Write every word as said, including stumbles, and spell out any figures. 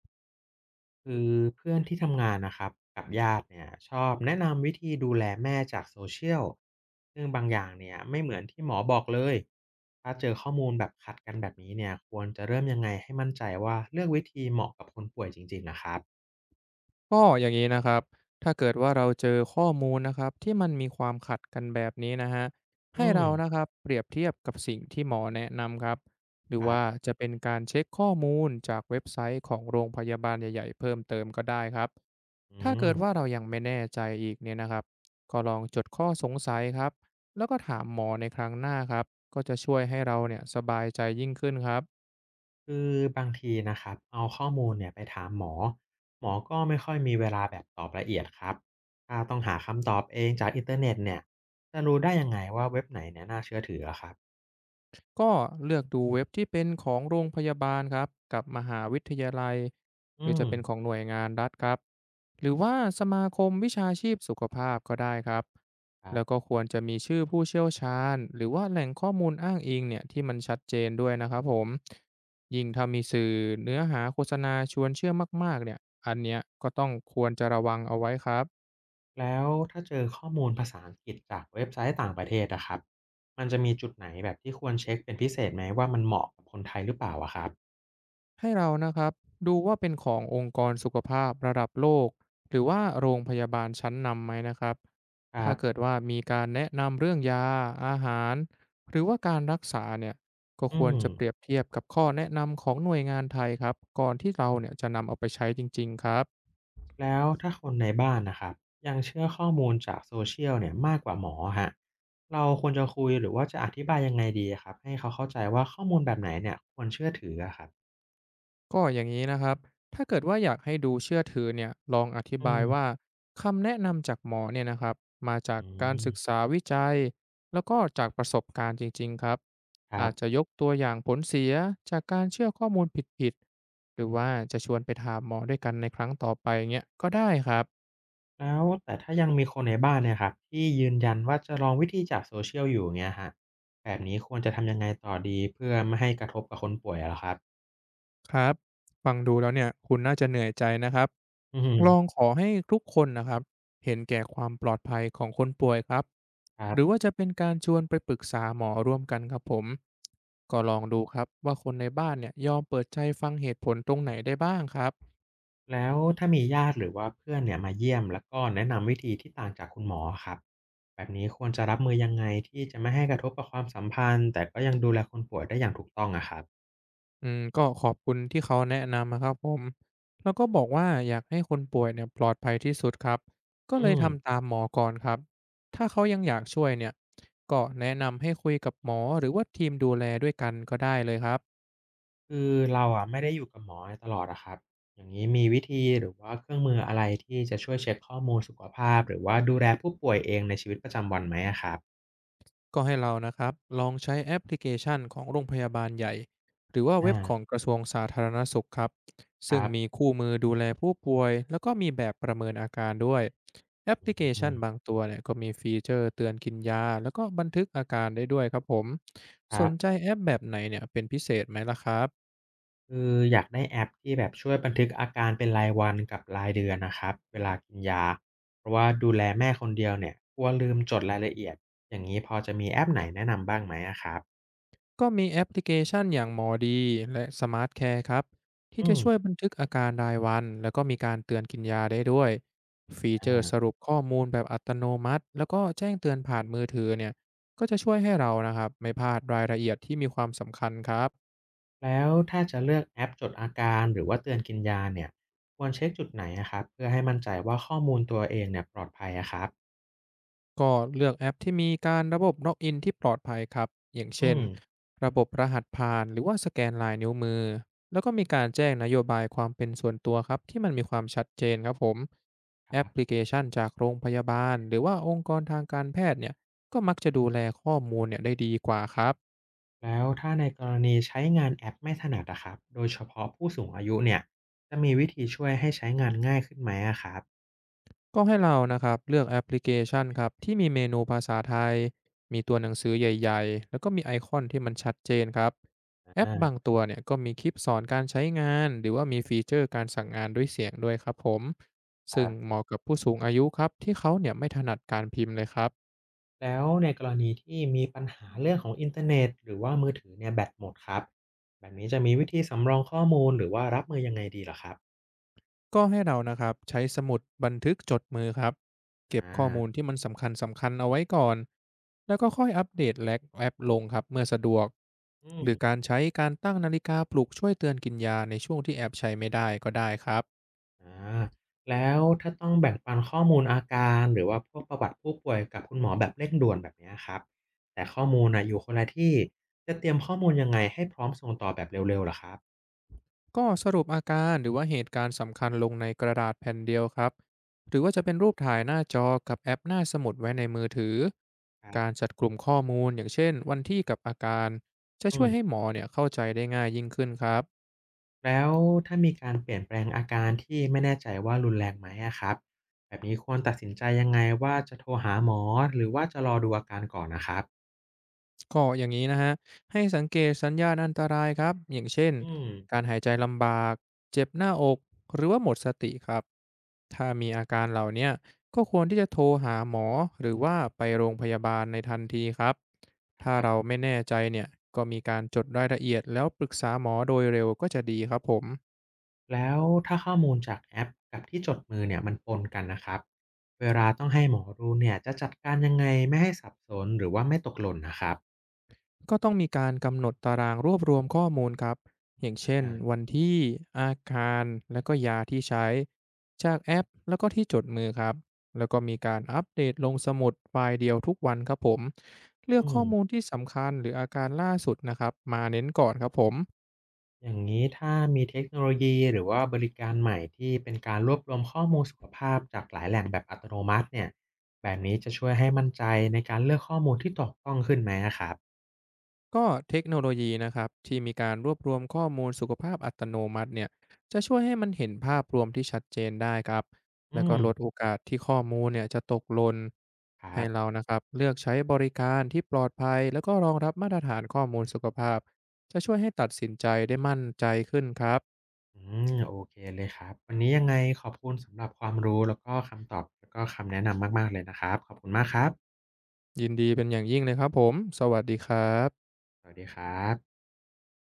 คือเพื่อนที่ทำงานนะครับกับญาติเนี่ยชอบแนะนำวิธีดูแลแม่จากโซเชียลซึ่งบางอย่างเนี่ยไม่เหมือนที่หมอบอกเลยถ้าเจอข้อมูลแบบขัดกันแบบนี้เนี่ยควรจะเริ่มยังไงให้มั่นใจว่าเลือกวิธีเหมาะกับคนป่วยจริงๆนะครับก็อย่างนี้นะครับถ้าเกิดว่าเราเจอข้อมูลนะครับที่มันมีความขัดกันแบบนี้นะฮะให้อืมเรานะครับเปรียบเทียบกับสิ่งที่หมอแนะนำครับหรือครัว่าบจะเป็นการเช็คข้อมูลจากเว็บไซต์ของโรงพยาบาลใหญ่ๆเพิ่มเติมก็ได้ครับอืถ้าเกิมดว่าเรายังไม่แน่ใจอีกเนี่ยนะครับก็ลองจดข้อสงสัยครับแล้วก็ถามหมอในครั้งหน้าครับก็จะช่วยให้เราเนี่ยสบายใจยิ่งขึ้นครับ คือบางทีนะครับเอาข้อมูลเนี่ยไปถามหมอหมอก็ไม่ค่อยมีเวลาแบบตอบละเอียดครับถ้าต้องหาคำตอบเองจากอินเทอร์เน็ตเนี่ยจะรู้ได้ยังไงว่าเว็บไหนเนี่ยน่าเชื่อถืออะครับก็เลือกดูเว็บที่เป็นของโรงพยาบาลครับกับมหาวิทยาลัยอืหรือมจะเป็นของหน่วยงานรัฐครับหรือว่าสมาคมวิชาชีพสุขภาพก็ได้ครับครับ แล้วก็ควรจะมีชื่อผู้เชี่ยวชาญหรือว่าแหล่งข้อมูลอ้างอิงเนี่ยที่มันชัดเจนด้วยนะครับผมยิ่งถ้ามีสื่อเนื้อหาโฆษณาชวนเชื่อมากๆเนี่ยอันเนี้ยก็ต้องควรจะระวังเอาไว้ครับ แล้วถ้าเจอข้อมูลภาษาอังกฤษจากเว็บไซต์ต่างประเทศอะครับมันจะมีจุดไหนแบบที่ควรเช็คเป็นพิเศษไหมว่ามันเหมาะกับคนไทยหรือเปล่าอะครับให้เรานะครับดูว่าเป็นขององค์กรสุขภาพระดับโลกหรือว่าโรงพยาบาลชั้นนำไหมนะครับครัถ้าเกิดบว่ามีการแนะนำเรื่องยาอาหารหรือว่าการรักษาเนี่ยก็คอืวรมจะเปรียบเทียบกับข้อแนะนำของหน่วยงานไทยครับก่อนที่เราเนี่ยจะนำเอาไปใช้จริงๆครับ แล้วถ้าคนในบ้านนะครับยังเชื่อข้อมูลจากโซเชียลเนี่ยมากกว่าหมอฮะเราควรจะคุยหรือว่าจะอธิบายยังไงดีครับให้เขาเข้าใจว่าข้อมูลแบบไหนเนี่ยควรเชื่อถืออะครับก็อย่างนี้นะครับ ถ้าเกิดว่าอยากให้ดูเชื่อถือเนี่ยลองอธิอืบายมว่าคำแนะนำจากหมอเนี่ยนะครับมาจากอืการมศึกษาวิจัย แล้วก็จากประสบการณ์จริงๆครับ ครัอาจจะบ ยกตัวอย่างผลเสียจากการเชื่อข้อมูลผิดๆ หรือว่าจะชวนไปถามหมอด้วยกันในครั้งต่อไปเงี้ยก็ได้ครับ แล้วแต่ถ้ายังมีคนในบ้านเนี่ยครับที่ยืนยันว่าจะลองวิธีจากโซเชี a ลอยู่เงี้ยครับแบบนี้ควรจะทำยังไงต่อดีเพื่อไม่ให้กระทบกับคนป่วยอะเหรอครับครับฟังดูแล้วเนี่ยคุณน่าจะเหนื่อยใจนะครับอืลองมขอให้ทุกคนนะครับเห็นแก่ความปลอดภัยของคนป่วยครับคหรัรือบว่าจะเป็นการชวนไปปรึกษาหมอร่วมกันครับผมก็ลองดูครับว่าคนในบ้านเนี่ยยอมเปิดใจฟังเหตุผลตรงไหนได้บ้างครับ แล้วถ้ามีญาติหรือว่าเพื่อนเนี่ยมาเยี่ยมแล้วก็แนะนำวิธีที่ต่างจากคุณหมออะครับแบบนี้ควรจะรับมือยังไงที่จะไม่ให้กระทบกับความสัมพันธ์แต่ก็ยังดูแลคนป่วยได้อย่างถูกต้องอะครับอืมก็ขอบคุณที่เขาแนะนำนะครับผมแล้วก็บอกว่าอยากให้คนป่วยเนี่ยปลอดภัยที่สุดครับก็เลอืยทำม ตามหมอก่อนครับถ้าเขายังอยากช่วยเนี่ยก็แนะนำให้คุยกับหมอหรือว่าทีมดูแลด้วยกันก็ได้เลยครับ คือเราอะไม่ได้อยู่กับหมอตลอดอะครับ อย่างนี้มีวิธีหรือว่าเครื่องมืออะไรที่จะช่วยเช็คข้อมูลสุขภาพหรือว่าดูแลผู้ป่วยเองในชีวิตประจำวันไหมอะครับก็ให้เรานะครับลองใช้แอปพลิเคชันของโรงพยาบาลใหญ่หรือว่าเว็อาบของกระทรวงสาธารณสุขครับคซึ่งรัมีบคู่มือดูแลผู้ป่วยแล้วก็มีแบบประเมินอาการด้วยแอปพลิเคอืชันบามงตัวเนี่ยก็มีฟีเจอร์เตือนกินยาแล้วก็บันทึกอาการได้ด้วยครับผมคสรันใจบ แอปแบบไหนเนี่ยเป็นพิเศษไหมล่ะครับ คืออยากได้แอปที่แบบช่วยบันทึกอาการเป็นรายวันกับรายเดือนนะครับเวลากินยาเพราะว่าดูแลแม่คนเดียวเนี่ยกลัวลืมจดรายละเอียดอย่างนี้พอจะมีแอปไหนแนะนำบ้างไหมอะครับก็มีแอปพลิเคชันอย่างหมอดีและสมาร์ทแคร์ครับที่อืจะมช่วยบันทึกอาการรายวันแล้วก็มีการเตือนกินยาได้ด้วยฟีอเจอร์สา รุปข้อมูลแบบอัตโนมัติแล้วก็แจ้งเตือนผ่านมือถือเนี่ยก็จะช่วยให้เรานะครับไม่พลาดรายละเอียดที่มีความสำคัญครับ แล้วถ้าจะเลือกแอปจดอาการหรือว่าเตือนกินยาเนี่ยควรเช็คจุดไหนอะครับเพื่อให้มั่นใจว่าข้อมูลตัวเองเนี่ยปลอดภัยอะครับก็เลือกแอปที่มีการระบบล็อกอินที่ปลอดภัยครับอย่างอืเช่นมระบบรหัสผ่านหรือว่าสแกนลายนิ้วมือแล้วก็มีการแจ้งนโยบายความเป็นส่วนตัวครับที่มันมีความชัดเจนครับผมคแอปรัพลิบเคชันจากโรงพยาบาลหรือว่าองค์กรทางการแพทย์เนี่ยก็มักจะดูแลข้อมูลเนี่ยได้ดีกว่าครับ แล้วถ้าในกรณีใช้งานแอปไม่ถนัดอะครับโดยเฉพาะผู้สูงอายุเนี่ยจะมีวิธีช่วยให้ใช้งานง่ายขึ้นไหมอะครับก็ให้เรานะครับเลือกแอปพลิเคชันครับที่มีเมนูภาษาไทยมีตัวหนังสือใหญ่ๆแล้วก็มีไอคอนที่มันชัดเจนครับแอปอาบางตัวเนี่ยก็มีคลิปสอนการใช้งานหรือว่ามีฟีเจอร์การสั่งงานด้วยเสียงด้วยครับผมคซึ่งรัเหบมาะกับผู้สูงอายุครับที่เขาเนี่ยไม่ถนัดการพิมพ์เลยครับ แล้วในกรณีที่มีปัญหาเรื่องของอินเทอร์เน็ตหรือว่ามือถือเนี่ยแบตหมดครับแบบนี้จะมีวิธีสำรองข้อมูลหรือว่ารับมือยังไงดีเหรอครับก็ให้เรานะครับใช้สมุดบันทึกจดมือครับเก็บอาข้อมูลที่มันสำคัญสำคัญเอาไว้ก่อนแล้วก็ค่อยอัปเดตแลกแอปลงครับเมื่อสะดวกอืหรือม การใช้การตั้งนาฬิกาปลุกช่วยเตือนกินยาในช่วงที่แอปใช้ไม่ได้ก็ได้ครับอาแล้วถ้าต้องแบ่งปันข้อมูลอาการหรือว่าพวกประวัติผู้ป่วยกับคุณหมอแบบเร่งด่วนแบบเนี้ยครับแต่ข้อมูลน่ะอยู่คนละที่จะเตรียมข้อมูลยังไงให้พร้อมส่งต่อแบบเร็วๆเหรอครับก็สรุปอาการหรือว่าเหตุการณ์สำคัญลงในกระดาษแผ่นเดียวครับหรือว่าจะเป็นรูปถ่ายหน้าจอกับแอปหน้าสมุดไว้ในมือถือครัการบจัดกลุ่มข้อมูลอย่างเช่นวันที่กับอาการจะอืช่วยให้หมมอเนี่ยเข้าใจได้ง่ายยิ่งขึ้นครับ แล้วถ้ามีการเปลี่ยนแปลงอาการที่ไม่แน่ใจว่ารุนแรงไหมอะครับแบบนี้ควรตัดสินใจยังไงว่าจะโทรหาหมอหรือว่าจะรอดูอาการก่อนนะครับก็อย่างนี้นะฮะให้สังเกตสัญญาณอันตรายครับอย่างเช่นอืมการหายใจลำบากเจ็บหน้าอกหรือว่าหมดสติครับถ้ามีอาการเหล่าเนี้ยก็ควรที่จะโทรหาหมอหรือว่าไปโรงพยาบาลในทันทีครับถ้าครัเราบ ไม่แน่ใจเนี่ยก็มีการจดรายละเอียดแล้วปรึกษาหมอโดยเร็วก็จะดีครับผม แล้วถ้าข้อมูลจากแอปกับที่จดมือเนี่ยมันปนกันนะครับเวลาต้องให้หมอดูเนี่ยจะจัดการยังไงไม่ให้สับสนหรือว่าไม่ตกหล่นนะครับก็ต้องมีการกำหนดตารางรวบรวมข้อมูลครับอย่างเช่นอ่าวันที่อาการและก็ยาที่ใช้จากแอปแล้วก็ที่จดมือครับแล้วก็มีการอัปเดตลงสมุดไฟล์เดียวทุกวันครับผมเลือกอืข้อมมูลที่สำคัญหรืออาการล่าสุดนะครับมาเน้นก่อนครับผม อย่างนี้ถ้ามีเทคโนโลยีหรือว่าบริการใหม่ที่เป็นการรวบรวมข้อมูลสุขภาพจากหลายแหล่งแบบอัตโนมัติเนี่ยแบบนี้จะช่วยให้มั่นใจในการเลือกข้อมูลที่ถูกต้องขึ้นไหมอะครับก็เทคโนโลยีนะครับที่มีการรวบรวมข้อมูลสุขภาพอัตโนมัติเนี่ยจะช่วยให้มันเห็นภาพรวมที่ชัดเจนได้ครับอืแล้วก็มลดโอกาสที่ข้อมูลเนี่ยจะตกหล่นครัให้บเรานะครับเลือกใช้บริการที่ปลอดภัยแล้วก็รองรับมาตรฐานข้อมูลสุขภาพจะช่วยให้ตัดสินใจได้มั่นใจขึ้นครับอืมโอเคเลยครับวันนี้ยังไงขอบคุณสำหรับความรู้แล้วก็คำตอบแล้วก็คำแนะนำมากๆเลยนะครับขอบคุณมากครับ ยินดีเป็นอย่างยิ่งเลยครับผมสวัสดีครับสวัสดีครับ